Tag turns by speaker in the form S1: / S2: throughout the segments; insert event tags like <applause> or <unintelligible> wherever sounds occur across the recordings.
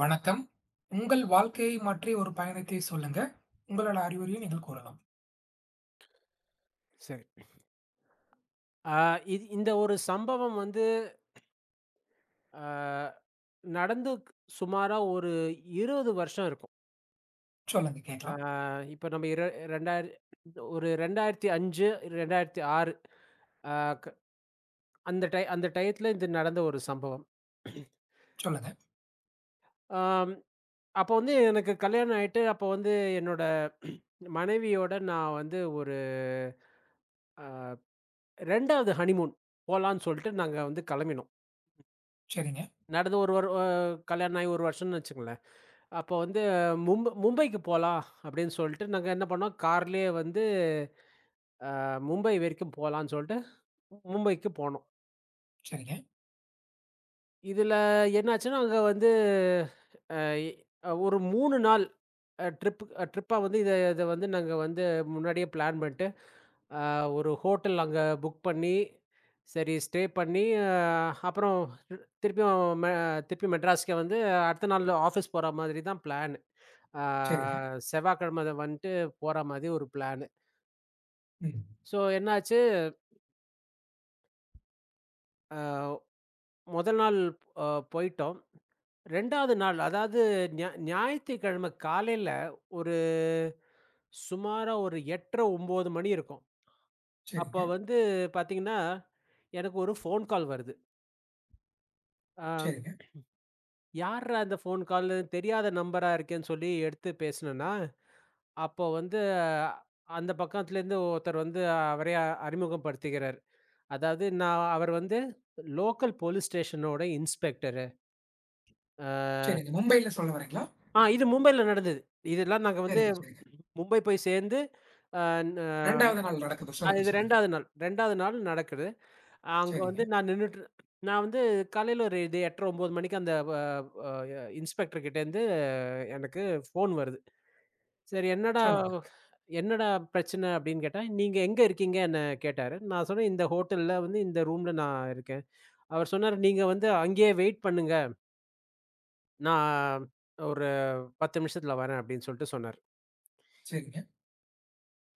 S1: வணக்கம். உங்கள் வாழ்க்கையை மாற்றிய ஒரு பயணத்தை சொல்லுங்க. உங்களோட அறிவுரையை நீங்கள் கூறலாம்.
S2: சரி. ஆ இந்த ஒரு சம்பவம் வந்து அ நடந்து சுமாரா ஒரு 20 வருஷம் இருக்கும்.
S1: சொல்லுங்க
S2: ஆ
S1: கேட்கலாம்.
S2: இப்ப நம்ம 2000 ஒரு 2005, 2006 அ க அந்த டயத்துல இது நடந்த ஒரு சம்பவம்.
S1: சொல்லுங்க.
S2: ஆம் அப்ப வந்து எனக்கு கல்யாணம் ஆயிட்டு, அப்ப வந்து என்னோட மனைவியோட நான் வந்து ஒரு அ 2வது ஹனிமூன் போலான்னு சொல்ட்டு நாங்க வந்து கெளம்பினோம்.
S1: சரிங்க,
S2: நடந்து ஒரு வரு அ கல்யாணம் ஆகி 1 வருஷம்னு வச்சுக்கங்களேன். அப்போ வந்து மும்பைக்கு போலாம் அப்படின்னு சொல்லிட்டு, நாங்க என்ன பண்ணோம், கார்லயே வந்து அ மும்பை வரைக்கும் போலான்னு சொல்ட்டு, மும்பைக்கு போனோம்.
S1: சரிங்க,
S2: இதுல என்னாச்சுன்னா, அங்க வந்து அ இ ஒரு 3 நாள் அ ட்ரிப் அ ட்ரிப்பா வந்து இத இத வந்து நாங்க வந்து முன்னாடியே பிளான் பண்ணிட்டு, அ ஒரு ஹோட்டல் அங்க புக் பண்ணி, சரி ஸ்டே பண்ணி, அப்புறம் திரு- திருப்பியும் மெ திருப்பி மெட்ராஸ்க்கே வந்து அடுத்த நாள் ஆஃபீஸ் போற மாதிரி தான் பிளானு. அ
S1: சரிங்க,
S2: செவ்வாய்க்கிழம வந்துட்டு போற மாதிரி ஒரு பிளானு.
S1: ம்.
S2: ஸோ என்னாச்சு, முதல் நாள் அ போயிட்டோம். 2வது நாள். அதாவது ஞாயித்துக்கிழமை காலையில ஒரு சுமாரா ஒரு 8:30 9:00 மணி இருக்கும்.
S1: சரிங்க,
S2: அப்ப வந்து பார்த்தீங்கன்னா, எனக்கு ஒரு ஃபோன் கால் வருது. அ
S1: சரிங்க,
S2: யார்ரா இந்த ஃபோன் காலு? தெரியாத நம்பரா இருக்கேன்னு சொல்லி எடுத்து பேசுனேனா, அப்போ வந்து அஹ், அந்த பக்கத்துலேருந்து ஒருத்தர் வந்து அறிமுகப்படுத்துகிறார். அதாவது நான் அவர் வந்து லோக்கல் போலீஸ் ஸ்டேஷனோட இன்ஸ்பெக்டரு. அ
S1: சரிங்க. மும்பைல சொல்ல வர்றீங்களா?
S2: ஆ இது மும்பையில நடந்தது. இதெல்லாம் நாங்க வந்து
S1: சரிங்க, சரிங்க.
S2: மும்பை போய் சேர்ந்து, அ ந
S1: 2வது நாள் நடக்குது.
S2: அ
S1: சொல்லுங்க,
S2: இது
S1: சொல்லுங்க.
S2: 2வது நாள் நடக்குது. அங்க வந்து
S1: சரிங்க,
S2: நான் நின்னுட்டு நான் வந்து காலையில ஒரு இது 8:00, 9:00 மணிக்கு அந்த வ அ இன்ஸ்பெக்டர் கிட்டேருந்து எனக்கு ஃபோன் வருது. சரி என்னடா
S1: சொல்லுங்க.
S2: என்னடா பிரச்சனை அப்படின்னு கேட்டா, "நீங்க எங்க இருக்கீங்க?" என்ன கேட்டாரு. நான் சொன்னேன், "இந்த ஹோட்டல்ல வந்து இந்த ரூம்ல நான் இருக்கேன்." அவர் சொன்னாரு, "நீங்க வந்து அங்கேயே வெயிட் பண்ணுங்க. நான் ஒரு 10 நிமிஷத்துல வரேன்." அப்படின்னு சொல்லிட்டு சொன்னாரு.
S1: சரிங்க.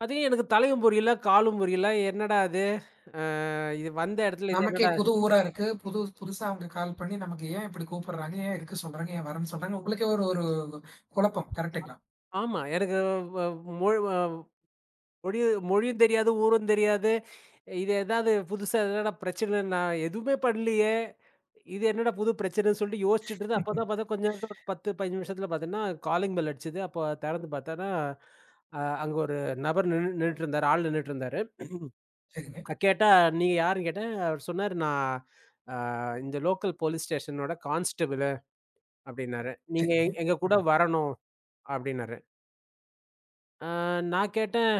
S2: அது எனக்கு தலையும் புரியல, காலும் புரியல. என்னடா இது? இது வந்த இடத்துல இது
S1: நமக்கே
S2: என்னடா.
S1: புது ஊரா இருக்கு. புது புதுசா அவங்க கால் பண்ணி நமக்கு ஏன் இப்படி கூப்பிடுறாங்க? ஏன் இருக்க சொல்றாங்க? ஏன் வரேன்னு சொல்றாங்க? உங்களுக்கே ஒரு ஒரு குழப்பம். கரெக்ட்டுங்களா?
S2: ஆமா. எனக்கு வ மொழ் அ மொழியும் மொழியும் தெரியாது, ஊரும் தெரியாது. இது ஏதாவது புதுசா என்னடா பிரச்சனை? நான் எதுவுமே பண்ணலையே! இது என்னடா புது பிரச்சனைன்னு சொல்லிட்டு யோசிச்சுட்டு இருந்தேன். அப்ப தான் பார்த்தா
S1: <laughs>
S2: கொஞ்ச நேரத்துல ஒரு 10, 15 நிமிஷத்துல பார்த்தீங்கன்னா, காலிங் பெல் அடிச்சது. அப்போ தெறந்து பார்த்தேன்னா, அங்க ஒரு நபர் நின்னுட்டு இருந்தாரு. ஆள் நின்னுட்டு இருந்தாரு.
S1: சரிங்க,
S2: கேட்டா, "நீங்க யாருன்னு?" கேட்டேன். அவர் சொன்னாரு, "நான் அ இந்த லோக்கல் போலீஸ் ஸ்டேஷனோட கான்ஸ்டபிளு" அப்டின்னாரு. "நீங்க
S1: சரிங்க,
S2: எங்க கூட
S1: ம்.
S2: வரணும்" அப்டின்னாரு. அ நான் கேட்டேன்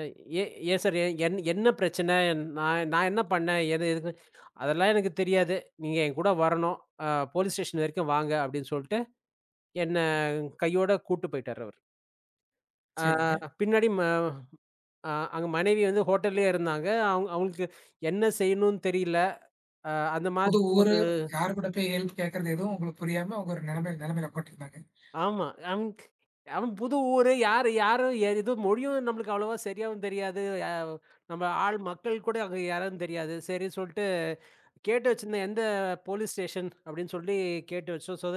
S2: எ ஏ ஏன் சார்? என் என் என்ன பிரச்சனை? நான் நான் என்ன பண்ணேன்? எதுக்கு? அதெல்லாம் எனக்கு தெரியாது. நீங்க என்கூட வரணும். அ போலீஸ் ஸ்டேஷன் வரைக்கும் வாங்க அப்டின்னு சொல்ட்டு, என்ன கையோட கூட்டு போயிட்டாரு அவரு. அ
S1: சரிங்க.
S2: பின்னாடி ம அ அங்க மனைவி வந்து ஹோட்டல்லயே இருந்தாங்க. அவங்க அவங்களுக்கு என்ன செய்யணும்னு தெரியல. அ அந்த மாதிரி
S1: புது ஊரு,
S2: ஒரு.
S1: யாரு கூட போய் ஹெல்ப் கேட்கறது எதுவும் உங்களுக்கு புரியாம உங்க ஒரு நிலைமையில நிலைமையில உட்காந்துருந்தாங்க.
S2: ஆமா. அவன் அவன் புது ஊரு. யாரு யாரு ஏது மொழியும் நம்மளுக்கு அவ்வளவா சரியாவும் தெரியாது. நம்ம ஆள் மக்கள் கூட அங்க யாருன்னு தெரியாது. சரின்னு சொல்லிட்டு கேட்டு வச்சிருந்தேன். எந்த போலீஸ் ஸ்டேஷன் அப்படின்னு சொல்லி கேட்டு வச்சோம். சோ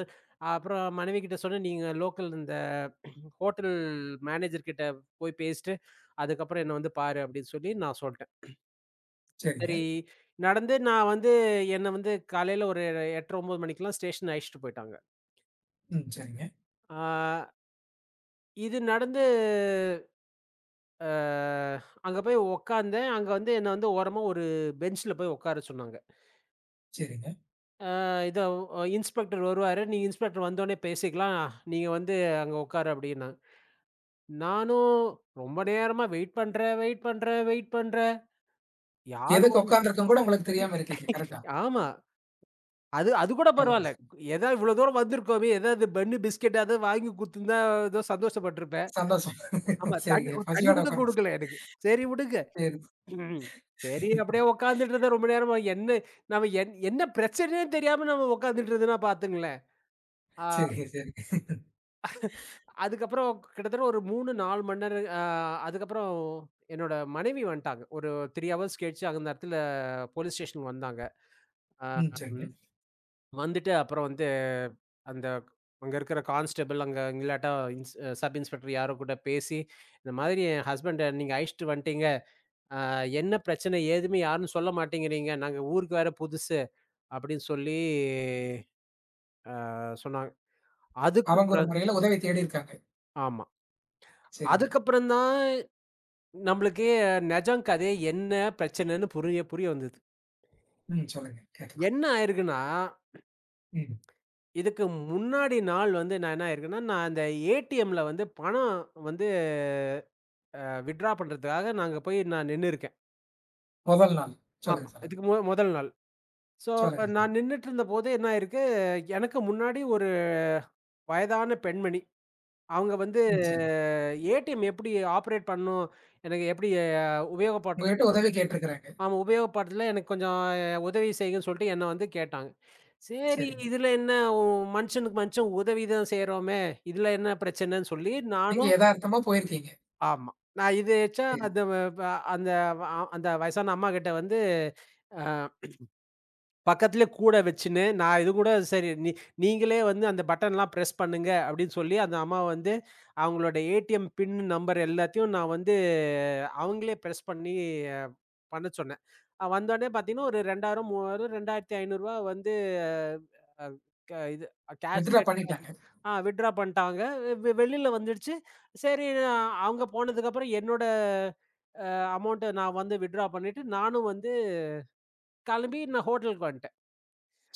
S2: அப்புறம் மனைவிகிட்ட சொன்னேன், "நீங்க லோக்கல் இந்த ஹோட்டல் மேனேஜர் கிட்ட போய் பேசிட்டு, அதுக்கப்புறம் என்ன வந்து பாரு" அப்படின்னு சொல்லி நான் சொல்ட்டேன்.
S1: சரிங்க.
S2: சரி நடந்து நான் வந்து என்ன வந்து காலையில ஒரு 8:30, 9 மணிக்கெல்லாம் ஸ்டேஷன் அழைச்சிட்டு போயிட்டாங்க.
S1: ம். சரிங்க,
S2: ஆ இது நடந்து அ அங்க போய் உட்கார்ந்தேன். அங்க வந்து என்ன வந்து ஓரமா ஒரு பெஞ்ச்ல போய் உட்கார சொன்னாங்க.
S1: சரிங்க.
S2: அ இத இன்ஸ்பெக்டர் வருவாரு. நீங்க இன்ஸ்பெக்டர் வந்தோனே பேசிக்கலாம். நீங்க வந்து அங்க உட்காரு அப்டின்னாங்க. நானும் ரொம்ப நேரமா வெயிட் பண்றேன், வெயிட் பண்றேன், வெயிட் பண்றேன். யாரும்
S1: எதுக்கு
S2: வந்து.
S1: உட்கார்ந்துருக்கோம்ன்னு கூட உங்களுக்கு தெரியாம இருக்கீங்க.
S2: <laughs>
S1: கரெக்ட்டா?
S2: ஆமா. அது அது கூட
S1: அதாங்க
S2: பரவால்ல.
S1: சார்.
S2: ஏதா இவ்ளோ தூரம் வந்திருக்கோமே, ஏதாவது பன்னு, பிஸ்கட் ஏதாவது வாங்கி குடுத்துருந்தா ஏதோ சந்தோஷப்பட்டுருப்பேன்.
S1: சந்தோஷம்.
S2: ஆமா. தண்ணி
S1: சரிங்க.
S2: ஒரு தண்ணி
S1: பசியோட
S2: கூட
S1: உட்கார்ந்து
S2: குடுக்கல எனக்கு. சரி விடுங்க.
S1: சரி.
S2: ம். சரி, அப்படியே உட்கார்ந்துட்டு இருந்தேன் ரொம்ப நேரமா. என்ன நம்ம என்ன பிரச்சனைன்னே தெரியாம நம்ம உட்கார்ந்துட்டு இருந்ததுன்னா பாத்துங்களேன். ஆ
S1: சரிங்க, சரிங்க.
S2: அதுக்கப்புறம் கிட்டத்தட்ட ஒரு 3, 4 மணி நேரம் அதுக்கப்புறம் என்னோட மனைவி வந்துட்டாங்க. ஒரு 3 ஹவர்ஸ் கழிச்சு அந்த இடத்துல போலீஸ் ஸ்டேஷன் வந்தாங்க. ஆ
S1: ம். சரிங்க.
S2: ம் வந்துட்டு அப்புறம் வந்து அந்த அங்க இருக்கிற கான்ஸ்டபிள் அங்க இல்லாட்டா சப் இன்ஸ்பெக்டர் யாரோ கூட பேசி, இந்த மாதிரி என் ஹஸ்பண்ட நீங்க அழைச்சிட்டு வந்துட்டீங்க. ஆ என்ன பிரச்சனை ஏதுமே யாரும் சொல்ல மாட்டேங்கிறீங்க. நாங்க ஊருக்கு வேற புதுசு. அப்படின்னு சொல்லி சொன்னாங்க.
S1: அவங்க ஒரு
S2: அதுக்கப்புறம்.
S1: முறையில உதவி தேடி இருக்காங்க.
S2: ஆமா.
S1: சரிங்க.
S2: அதுக்கப்புறம் தான் நம்மளுக்கே நெஜம் கதை என்ன பிரச்சனைன்னு புரிய புரிய வந்தது.
S1: ம். சொல்லுங்க. கேட்கலாம்.
S2: என்ன ஆயிருக்குன்னா,
S1: ம்.
S2: இதுக்கு முன்னாடி நாள் வந்து நான் என்ன ஆயிருக்குன்னா, நான் அந்த ஏடிஎம்ல வந்து பணம் வந்து வித்ட்ரா பண்றதுக்காக நாங்க போய் நான் நின்னு இருக்கேன்.
S1: முதல் நாள்.
S2: ஆமா.
S1: சொல்லுங்க, சொல்லுங்க.
S2: இதுக்கு முதல் நாள். ஸோ
S1: சொல்லுங்க.
S2: நான் நின்னுட்டு இருந்தபோது என்ன ஆயிருக்கு, எனக்கு முன்னாடி ஒரு வயதான பெண்மணி. அவங்க வந்து
S1: ம். சரி.
S2: ஏடிஎம் எப்படி ஆப்பரேட் பண்ணும், எனக்கு எப்படி அ உபயோகப்ப
S1: உங்ககிட்ட உதவி கேட்டிருக்கிறாங்க.
S2: ஆமா. உபயோகப்படுத்தல எனக்கு கொஞ்சம் உதவி செய்யுங்கன்னு சொல்லிட்டு என்ன வந்து கேட்டாங்க. சரி
S1: சரிங்க.
S2: இதுல என்ன. ஒ மனுஷனுக்கு மனுஷன் உதவி தான் செய்றோமே! இதுல என்ன பிரச்சனன்னு சொல்லி
S1: நீங்க
S2: நானும்.
S1: எதார்த்தமா போயிருக்கீங்க.
S2: ஆமா. நான் இது எச்சா
S1: சரி.
S2: அந்த வ வ அந்த வ- அ அந்த வயசான அம்மாகிட்ட வந்து அ பக்கத்திலே கூட வச்சுன்னு, நான் இது கூட சரி நீங்களே வந்து அந்த பட்டன்லாம் பிரஸ் பண்ணுங்க அப்டின்னு சொல்லி அந்த அம்மா வந்து அவங்களோட ஏடிஎம் பின் நம்பர் எல்லாத்தையும் நான் வந்து அவங்களே ப்ரெஸ் பண்ணி அ பண்ண சொன்னேன். வந்தோனே பார்த்தீங்கன்னா, ஒரு 2000, 3000, 2500 வந்து அ க இது கேஷ்
S1: வித்ட்ரா
S2: கேட்டாங்க.
S1: பண்ணிட்டாங்க.
S2: வித்ட்ரா பண்ட்டாங்க. வெளில வந்துடுச்சு. சரி நான் அவங்க போனதுக்கப்புறம் என்னோட அமௌண்ட்ட நான் வந்து வித்ட்ரா பண்ணிட்டு, நானும் வந்து கெளம்பி நான் ஹோட்டலுக்கு வந்துட்டேன்.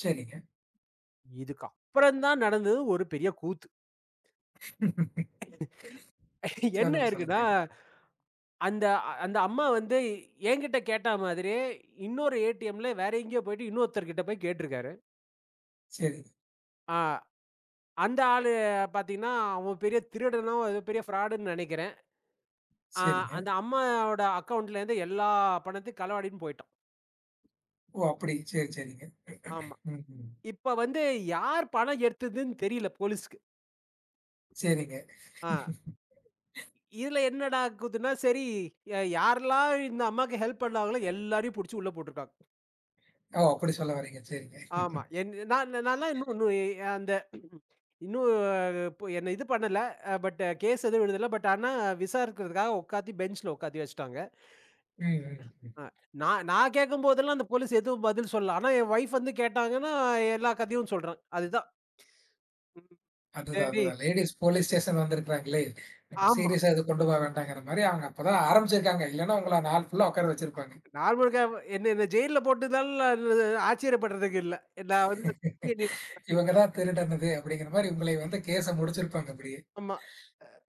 S1: சரிங்க.
S2: இதுக்கப்புறம் தான் நடந்தது ஒரு பெரிய கூத்து. என்ன
S1: சொல்லுங்க,
S2: இருக்குன்னா,
S1: சொல்லுங்க.
S2: அந்த அம்மா வந்து என்கிட்ட கேட்டா மாதிரியே, இன்னொரு ஏடிஎம்ல வேற எங்கேயோ போயிட்டு இன்னொருத்தர்கிட்ட போய் கேட்டிருக்காரு.
S1: சரிங்க,
S2: ஆ. அந்த ஆளு பாத்தீங்கன்னா, அவன் பெரிய திருடனோ, ஏதோ பெரிய ஃப்ராடுன்னு நெனைக்கிறேன். ஆ
S1: சரிங்க.
S2: அந்த அம்மாவோட அக்கவுண்ட்லேருந்து எல்லா பணத்தையும் களவாடின்னு போயிட்டான்.
S1: ஓ! அப்படி. சரி, சரிங்க.
S2: ஆமா.
S1: ம்ஹ்ம்.
S2: இப்ப வந்து யார் பணம் எடுத்ததுன்னு தெரியல போலீஸ்க்கு.
S1: சரிங்க.
S2: ஆ. இதுல என்னடா ஆகுதுன்னா, சரி யாரெல்லாம் இந்த அம்மாக்கு ஹெல்ப் பண்ணாங்களோ எல்லாரையும் புடிச்சு உள்ள போட்டுருக்காங்க.
S1: ஓ! அப்படி சொல்ல வர்றீங்க. சரிங்க.
S2: ஆமா. என் நான் நான்லாம் இன்னும் இன்னும் எ அந்த இன்னும் இப்போ என்ன இது பண்ணல. பட் கேஸ் எதுவும் எழுதல. பட் ஆனா விசாரிக்கிறதுக்காக உட்காத்தி பெஞ்ச்ல உட்காத்தி வச்சுட்டாங்க.
S1: ம், ம், ம்.
S2: அ நான் நான் கேட்கும்போதெல்லாம் அந்த போலீஸ் எதுவும் பதில் சொல்லல. ஆனா என் வைஃப் வந்து கேட்டாங்கன்னா, எல்லா கதையும் சொல்றேன். அதுதான். ம்.
S1: அதுதான்,
S2: சரி.
S1: அதுதான். லேடீஸ் போலீஸ் ஸ்டேஷன் வந்திருக்கிறாங்களே! நம்ம
S2: ஆமா.
S1: சீரியஸா எதுவும் கொண்டு போக வேண்டாங்கிற மாரி அவங்க அப்பதான் ஆரம்பிச்சிருக்காங்க. இல்லன்னா உங்கள நாள் ஃபுல்லா உட்கார வச்சிருப்பாங்க.
S2: நாள் முழுக்க என்ன என்ன ஜெயில்ல போட்டதால ஆச்சரியப்படுறதுக்கு இல்ல. நான் வந்து <unintelligible>
S1: இவங்க தான் திருடனது அப்படிங்கிற மாரி உங்களை வந்து கேஸ முடிச்சிருப்பாங்க அப்படியே.
S2: ஆமா.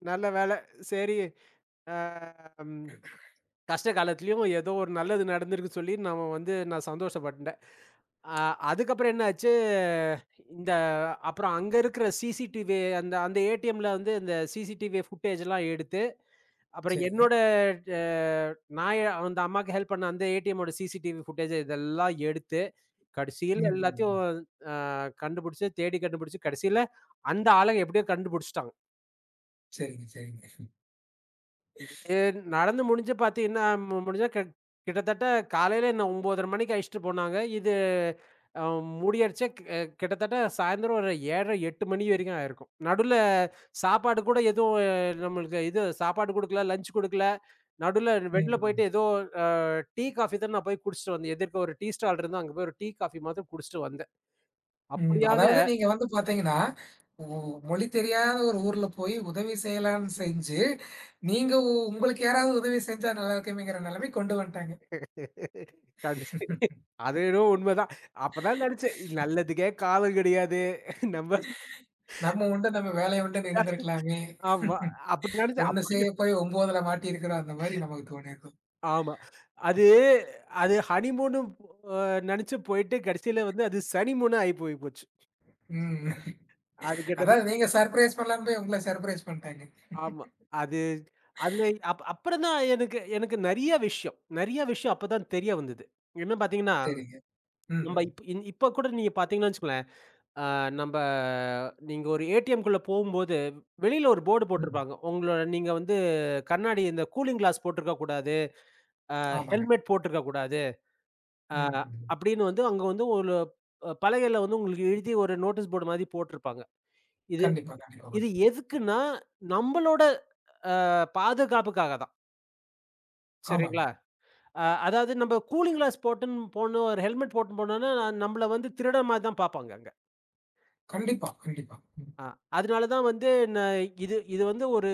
S2: நல்ல வேல. சரி. அ ம் கஷ்ட காலத்திலயும் ஏதோ ஒரு நல்லது நடந்திருக்கு சொல்லி நம்ம வந்து நான் சந்தோஷப்பட்டுட்டேன். அ அதுக்கப்புறம் என்ன ஆச்சு, இந்த அப்புறம் அங்க இருக்கிற சிசிடிவி அந்த அந்த ஏடிஎம்ல வந்து இந்த சிசிடிவி ஃபுட்டேஜ்லாம் எடுத்து அப்புறம்
S1: சரிங்க.
S2: என்னோட அ நான் அந்த அம்மாக்கு ஹெல்ப் பண்ண அந்த ஏடிஎம்மோட சிசிடிவி ஃபுட்டேஜ் இதெல்லாம் எடுத்து,
S1: ம்,
S2: கடைசியில
S1: ம்,
S2: எல்லாத்தையும்
S1: ம்.
S2: அ கண்டுபிடிச்சு, தேடி கண்டுபிடிச்சு, கடைசியில அந்த ஆள எப்படியோ கண்டுபிடிச்சுட்டாங்க.
S1: சரிங்க, சரிங்க.
S2: இது நடந்து முடிஞ்சு பார்த்தீங்கன்னா, முடிஞ்சா கிட்டத்தட்ட காலையில என்ன 9:30 மணிக்கு அழைச்சுட்டு போனாங்க. இது அ முடியறச்சே க் அ கிட்டத்தட்ட சாயந்தரம் ஒரு 7:30, 8 மணி வரைக்கும் ஆயிருக்கும். நடுவுல சாப்பாடு கூட எதுவும் நம்மளுக்கு இது சாப்பாடு குடுக்கல, லஞ்ச் குடுக்கல. நடுவுல வெளில போயிட்டு
S1: ம்.
S2: ஏதோ அ டீ, காஃபி தான் நான் போய் குடிச்சுட்டு வந்தேன். எதிர்க்க ஒரு டீ ஸ்டால் இருந்தா அங்க போய் ஒரு டீ, காஃபி மாத்திரம் குடிச்சுட்டு வந்தேன்.
S1: ம்.
S2: அப்படியாக
S1: அதாவது நீங்க வந்து பார்த்தீங்கன்னா, உ மொழி தெரியாத ஒரு ஊர்ல போய் உதவி செய்யலான்னு செஞ்சு, நீங்க உங்களுக்கு யாராவது உதவி செஞ்சா நல்லா இருக்குமேங்கிற நெலைமைக்கு கொண்டு வந்துட்டாங்க.
S2: கடைசி அது என்னவோ உண்மைதான். அப்பதான் நெனச்சேன், நல்லதுக்கே காலம் கிடையாது. நம்ம.
S1: நம்ம உண்டு நம்ம வேலை உண்டுன்னு இருந்திருக்கலாமே.
S2: ஆமா. அப்படி நெனச்சு
S1: ஒண்ணு
S2: அப்படியே.
S1: செய்ய போய் 9ல மாட்டியிருக்கிறோம். அந்த மாரி நமக்கு தோணியிருக்கும்.
S2: ஆமா. அது அது ஹனிமூன்னு அ நெனச்சு போயிட்டு கடைசியில வந்து அது சனிமூனா ஆயி போய் போச்சு.
S1: ம்.
S2: அது கெட்டது.
S1: அதாவது நீங்க சர்ப்ரைஸ் பண்ணலான்னு போய் உங்கள சர்ப்ரைஸ் பண்ணிட்டாங்க.
S2: ஆமா. அது அதுல அப்புறம் தான் எனக்கு எனக்கு நெறைய விஷயம் அப்ப தான் தெரிய வந்தது. என்ன பார்த்தீங்கன்னா,
S1: சரிங்க. ம்,
S2: நம்ப
S1: ம்,
S2: இப் இப்ப கூட நீங்க பார்த்தீங்கன்னு வச்சுக்கோங்களேன், அ நம்ப நீங்க ஒரு ஏடிஎம் குள்ள போகும்போது, வெளியில ஒரு போர்டு
S1: ம்.
S2: போட்டிருப்பாங்க. உங்களோட நீங்க வந்து கண்ணாடி இந்த கூலிங் கிளாஸ் போட்டிருக்க கூடாது.
S1: ஆமாங்க.
S2: ஹெல்மெட் போட்டிருக்க கூடாது. ஆ
S1: ம், ம்.
S2: அப்படின்னு வந்து அங்க வந்து ஒரு பலகையில வந்து உங்களுக்கு எழுதி ஒரு நோட்டீஸ் போர்டு மாதிரி போட்டிருப்பாங்க. இது
S1: கண்டிப்பா, கண்டிப்பா.
S2: இது எதுக்குன்னா, நம்மளோட அ பாதுகாப்புக்காக தான்.
S1: ஆமாங்க.
S2: சரிங்களா? அதாவது நம்ம கூலிங் கிளாஸ் போட்டுன்னு போனோம், ஒரு ஹெல்மெட் போட்டுன்னு போனோம்னா, நம்மள வந்து திருடன் மாரி தான் பார்ப்பாங்க அங்க.
S1: கண்டிப்பா, கண்டிப்பா. ம்.
S2: அ அதனால தான் வந்து ந இது இது வந்து ஒரு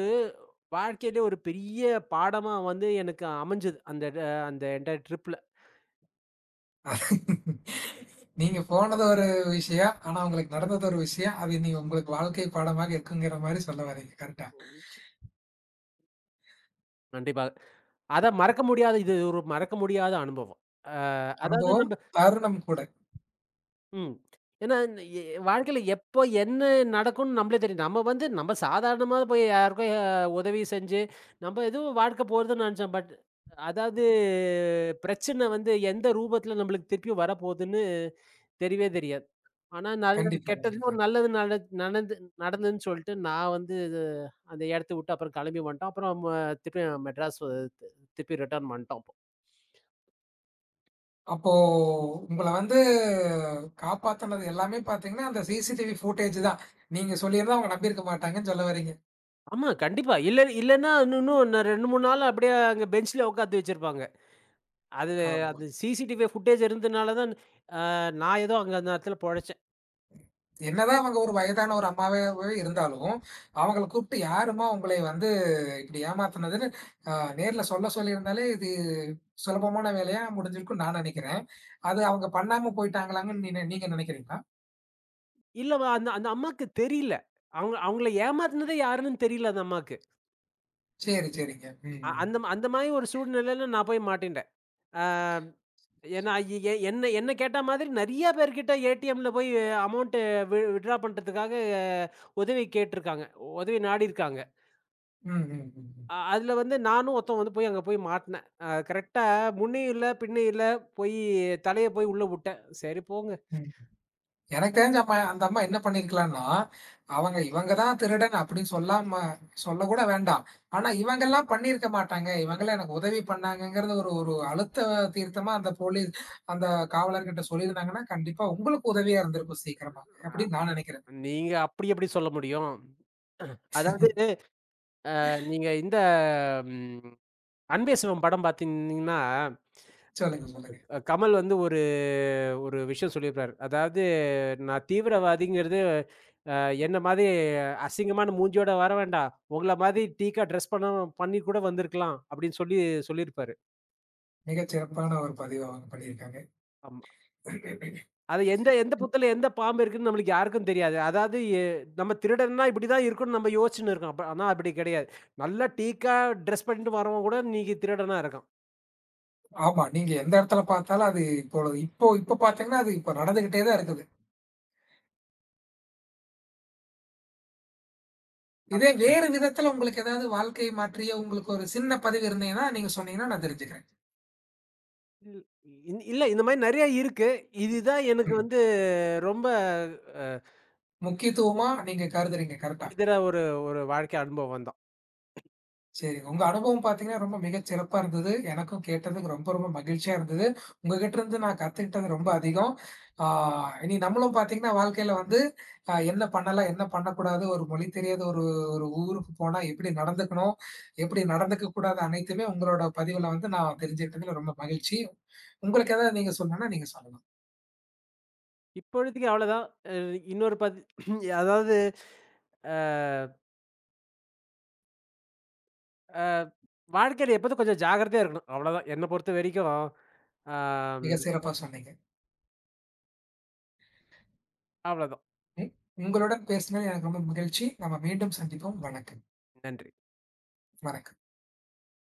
S2: வாழ்க்கையிலே ஒரு பெரிய பாடமா வந்து எனக்கு அமைஞ்சது. அந்த என்டயர் ட்ரிப்ல.
S1: <laughs> அது நீங்க போனது ஒரு விஷயம், ஆனா உங்களுக்கு நடந்தது ஒரு விஷயம். அது இனி உங்களுக்கு வாழ்க்கை பாடமாக இருக்குங்கிற மாரி சொல்ல வர்றீங்க. கரெக்ட்டா?
S2: கண்டிப்பா. அத மறக்க முடியாத இது ஒரு மறக்க முடியாத அனுபவம். அ அதாவது
S1: அனுபவம்,
S2: நம்ம.
S1: தருணம் கூட.
S2: ம். ஏன்னா, இந்த வாழ்க்கையில எப்போ என்ன நடக்கும்னு நம்மளே தெரியும். நம்ம வந்து நம்ம சாதாரணமா போய் யாருக்கோ உதவி செஞ்சு, நம்ம ஏதோ வாழ்க்கை போறதுன்னு நெனச்சோம். பட் அதாவது பிரச்சனை வந்து எந்த ரூபத்துல நம்மளுக்கு திருப்பியும் வரப்போகுதுன்னு தெரியவே தெரியாது. ஆனா நல்லது
S1: கண்டிப்பா,
S2: கெட்டதுல
S1: கண்டிப்பா.
S2: ஒரு நல்லது நடந்து நடந்ததுன்னு சொல்லிட்டு நான் வந்து இது- அந்த இடத்த விட்டு அப்புறம் கிளம்பி வந்துட்டோம். அப்புறம் திருப்பியும் மெட்ராஸ் வந்து திருப்பி ரிட்டர்ன் வந்துட்டோம்.
S1: அப்போ உங்கள வந்து காப்பாத்துனது எல்லாமே பார்த்தீங்கன்னா, அந்த சிசிடிவி ஃபுட்டேஜ் தான். நீங்க சொல்லியிருந்தா அவங்க நம்பியிருக்க மாட்டாங்கன்னு சொல்ல வர்றீங்க.
S2: ஆமா, கண்டிப்பா. இல்ல இல்லன்னா இன்னும் இன்னும் இன்னும் 2, 3 நாள் அப்படியே அங்க பெஞ்ச்ல உட்காத்து வச்சிருப்பாங்க. அது
S1: ஆமா.
S2: அந்த சிசிடிவி ஃபுட்டேஜ் இருந்ததுனால தான் நான் ஏதோ அங்க அந்த இடத்துல பொழச்சேன்.
S1: என்னதான் அவங்க ஒரு வயதான ஒரு அம்மாவாவே இருந்தாலும், அவங்கள கூப்பிட்டு யாரும்மா உங்களை வந்து இப்படி ஏமாத்துனது அ நேர்ல சொல்ல சொல்லியிருந்தாலே, இது சுலபமான வேலையா முடிஞ்சிருக்கும்னு நான் நெனைக்கிறேன். அது அவங்க பண்ணாம போயிட்டாங்களாங்கன்னு நீங்க நெனைக்கிறீங்களா?
S2: இல்ல வ அந்த அந்த அம்மாக்கு தெரியல. அவங்க அவங்கள ஏமாத்துனதே யாருன்னு தெரியல அந்த அம்மாக்கு.
S1: சரி, சரிங்க. ம், ம்.
S2: அந்த மாரி ஒரு சூழ்நிலையில நான் போய் மாட்டின்டேன். ஆ ஏன்னா எ எ என்ன என்ன கேட்ட மாதிரி நெறைய பேர்கிட்ட ஏடிஎம்ல போய் அமௌண்ட் வித்ட்ரா பண்றதுக்காக அஹ், உதவி கேட்டிருக்காங்க. உதவி நாடியிருக்காங்க.
S1: ம், ம், ம்,
S2: அதுல வந்து நானும் ஒருத்தன் வந்து போய் அங்க போய் மாட்னேன். கரெக்ட்டா முன்னயும் இல்ல, பின்னயும் இல்ல. போயி தலைய போய் உள்ள வுட்டேன். சரி போங்க.
S1: ம். எனக்கு தெரிஞ்சு அப்ப அந்த அம்மா என்ன பண்ணியிருக்கலான்னா, அவங்க இவங்க தான் திருடன் அப்படின்னு சொல்லாம சொல்லக்கூட வேண்டாம். ஆனா இவங்கலாம் பண்ணியிருக்க மாட்டாங்க. இவங்கலாம் எனக்கு உதவி பண்ணாங்கங்கிறது ஒரு ஒரு அழுத்த தீர்த்தமா அந்த போலீஸ் அந்த காவலர்கிட்ட சொல்லியிருந்தாங்கன்னா, கண்டிப்பா உங்களுக்கு உதவியா இருந்திருக்கும் சீக்கிரமா. அப்படின்னு நான் நெனைக்கிறேன்.
S2: நீங்க அப்படி எப்படி சொல்ல முடியும்? அதாவது நீங்க இந்த ம் அன்பே சிவம் படம் பாத்தீங்கன்னா,
S1: சொல்லுங்க, சொல்லுங்க.
S2: கமல் வந்து ஒரு ஒரு விஷயம் சொல்லியிருப்பாரு. அதாவது நான் தீவிரவாதிங்கிறது அ என்ன மாதிரி அசிங்கமான மூஞ்சியோட வர வேண்டாம். உங்கள மாதிரி டீக்கா ட்ரெஸ் பண்ணி கூட வந்திருக்கலாம் அப்படின்னு சொல்லி சொல்லியிருப்பாரு.
S1: மிக சிறப்பான ஒரு பதிவா அவங்க பண்ணியிருக்காங்க.
S2: ஆமா. அது எந்த எந்த புத்துல எந்த பாம்பு இருக்குன்னு நம்மளுக்கு யாருக்கும் தெரியாது. அதாவது நம்ம திருடன்னா இப்படிதான் இருக்கும்னு நம்ம யோசிச்சுன்னு இருக்கோம். அப்ப ஆனா அப்படி கிடையாது. நல்லா டீக்கா ட்ரெஸ் பண்ணிட்டு வரவன் கூட இன்னைக்கு திருடனா இருக்கான்.
S1: ஆமா, நீங்க எந்த இடத்துல பார்த்தாலும் அது இப்பொழுது இப்போ இப்போ பார்த்தீங்கன்னா, அது இப்போ நடந்துகிட்டே தான் இருக்குது. இதே வேறு விதத்துல உங்களுக்கு ஏதாவது வாழ்க்கை மாற்றிய உங்களுக்கு ஒரு சின்ன பதிவு இருந்தீங்கன்னா, நீங்க சொன்னீங்கன்னா நான் தெரிஞ்சுக்கிறேன்.
S2: இல் இல்ல இந்த மாரி நெறைய இருக்கு. இதுதான் எனக்கு
S1: ம்.
S2: வந்து ரொம்ப அ
S1: முக்கியத்துவமா நீங்க கருதுறீங்க. கரெக்ட்டா?
S2: இதுல ஒரு ஒரு வாழ்க்கை அனுபவம் தான்.
S1: சரிங்க. உங்க அனுபவம் பார்த்தீங்கன்னா, ரொம்ப மிகச் சிறப்பா இருந்தது. எனக்கும் கேட்டதுக்கு ரொம்ப, ரொம்ப மகிழ்ச்சியா இருந்தது. உங்ககிட்ட இருந்து நான் கத்துக்கிட்டது ரொம்ப அதிகம். ஆ இனி நம்மளும் பார்த்தீங்கன்னா, வாழ்க்கையில வந்து என்ன பண்ணலாம், என்ன பண்ணக்கூடாது, ஒரு மொழி தெரியாத ஒரு ஒரு ஊருக்கு போனா எப்படி நடந்துக்கணும், எப்படி நடந்துக்கக் கூடாது அனைத்துமே உங்களோட பதிவுல வந்து நான் தெரிஞ்சுக்கிட்டதுல ரொம்ப மகிழ்ச்சி. உங்களுக்கு ஏதாவது நீங்க சொல்லணும்னா நீங்க சொல்லலாம்.
S2: இப்பொழுதைக்கு அவ்வளோதான். அ இன்னொரு பத் <clears throat> அதாவது அ அ வாழ்க்கையில எப்போதும் கொஞ்சம் ஜாக்கிரதையா இருக்கணும். அவ்வளோதான். என்ன பொறுத்த வரைக்கும், ஆம்
S1: மிகச் சிறப்பா சொன்னீங்க.
S2: அவ்வளோதான்.
S1: ம். உங்களுடன் பேசினது எனக்கு ரொம்ப மகிழ்ச்சி. நம்ம மீண்டும் சந்திப்போம். வணக்கம்.
S2: நன்றி.
S1: வணக்கம்.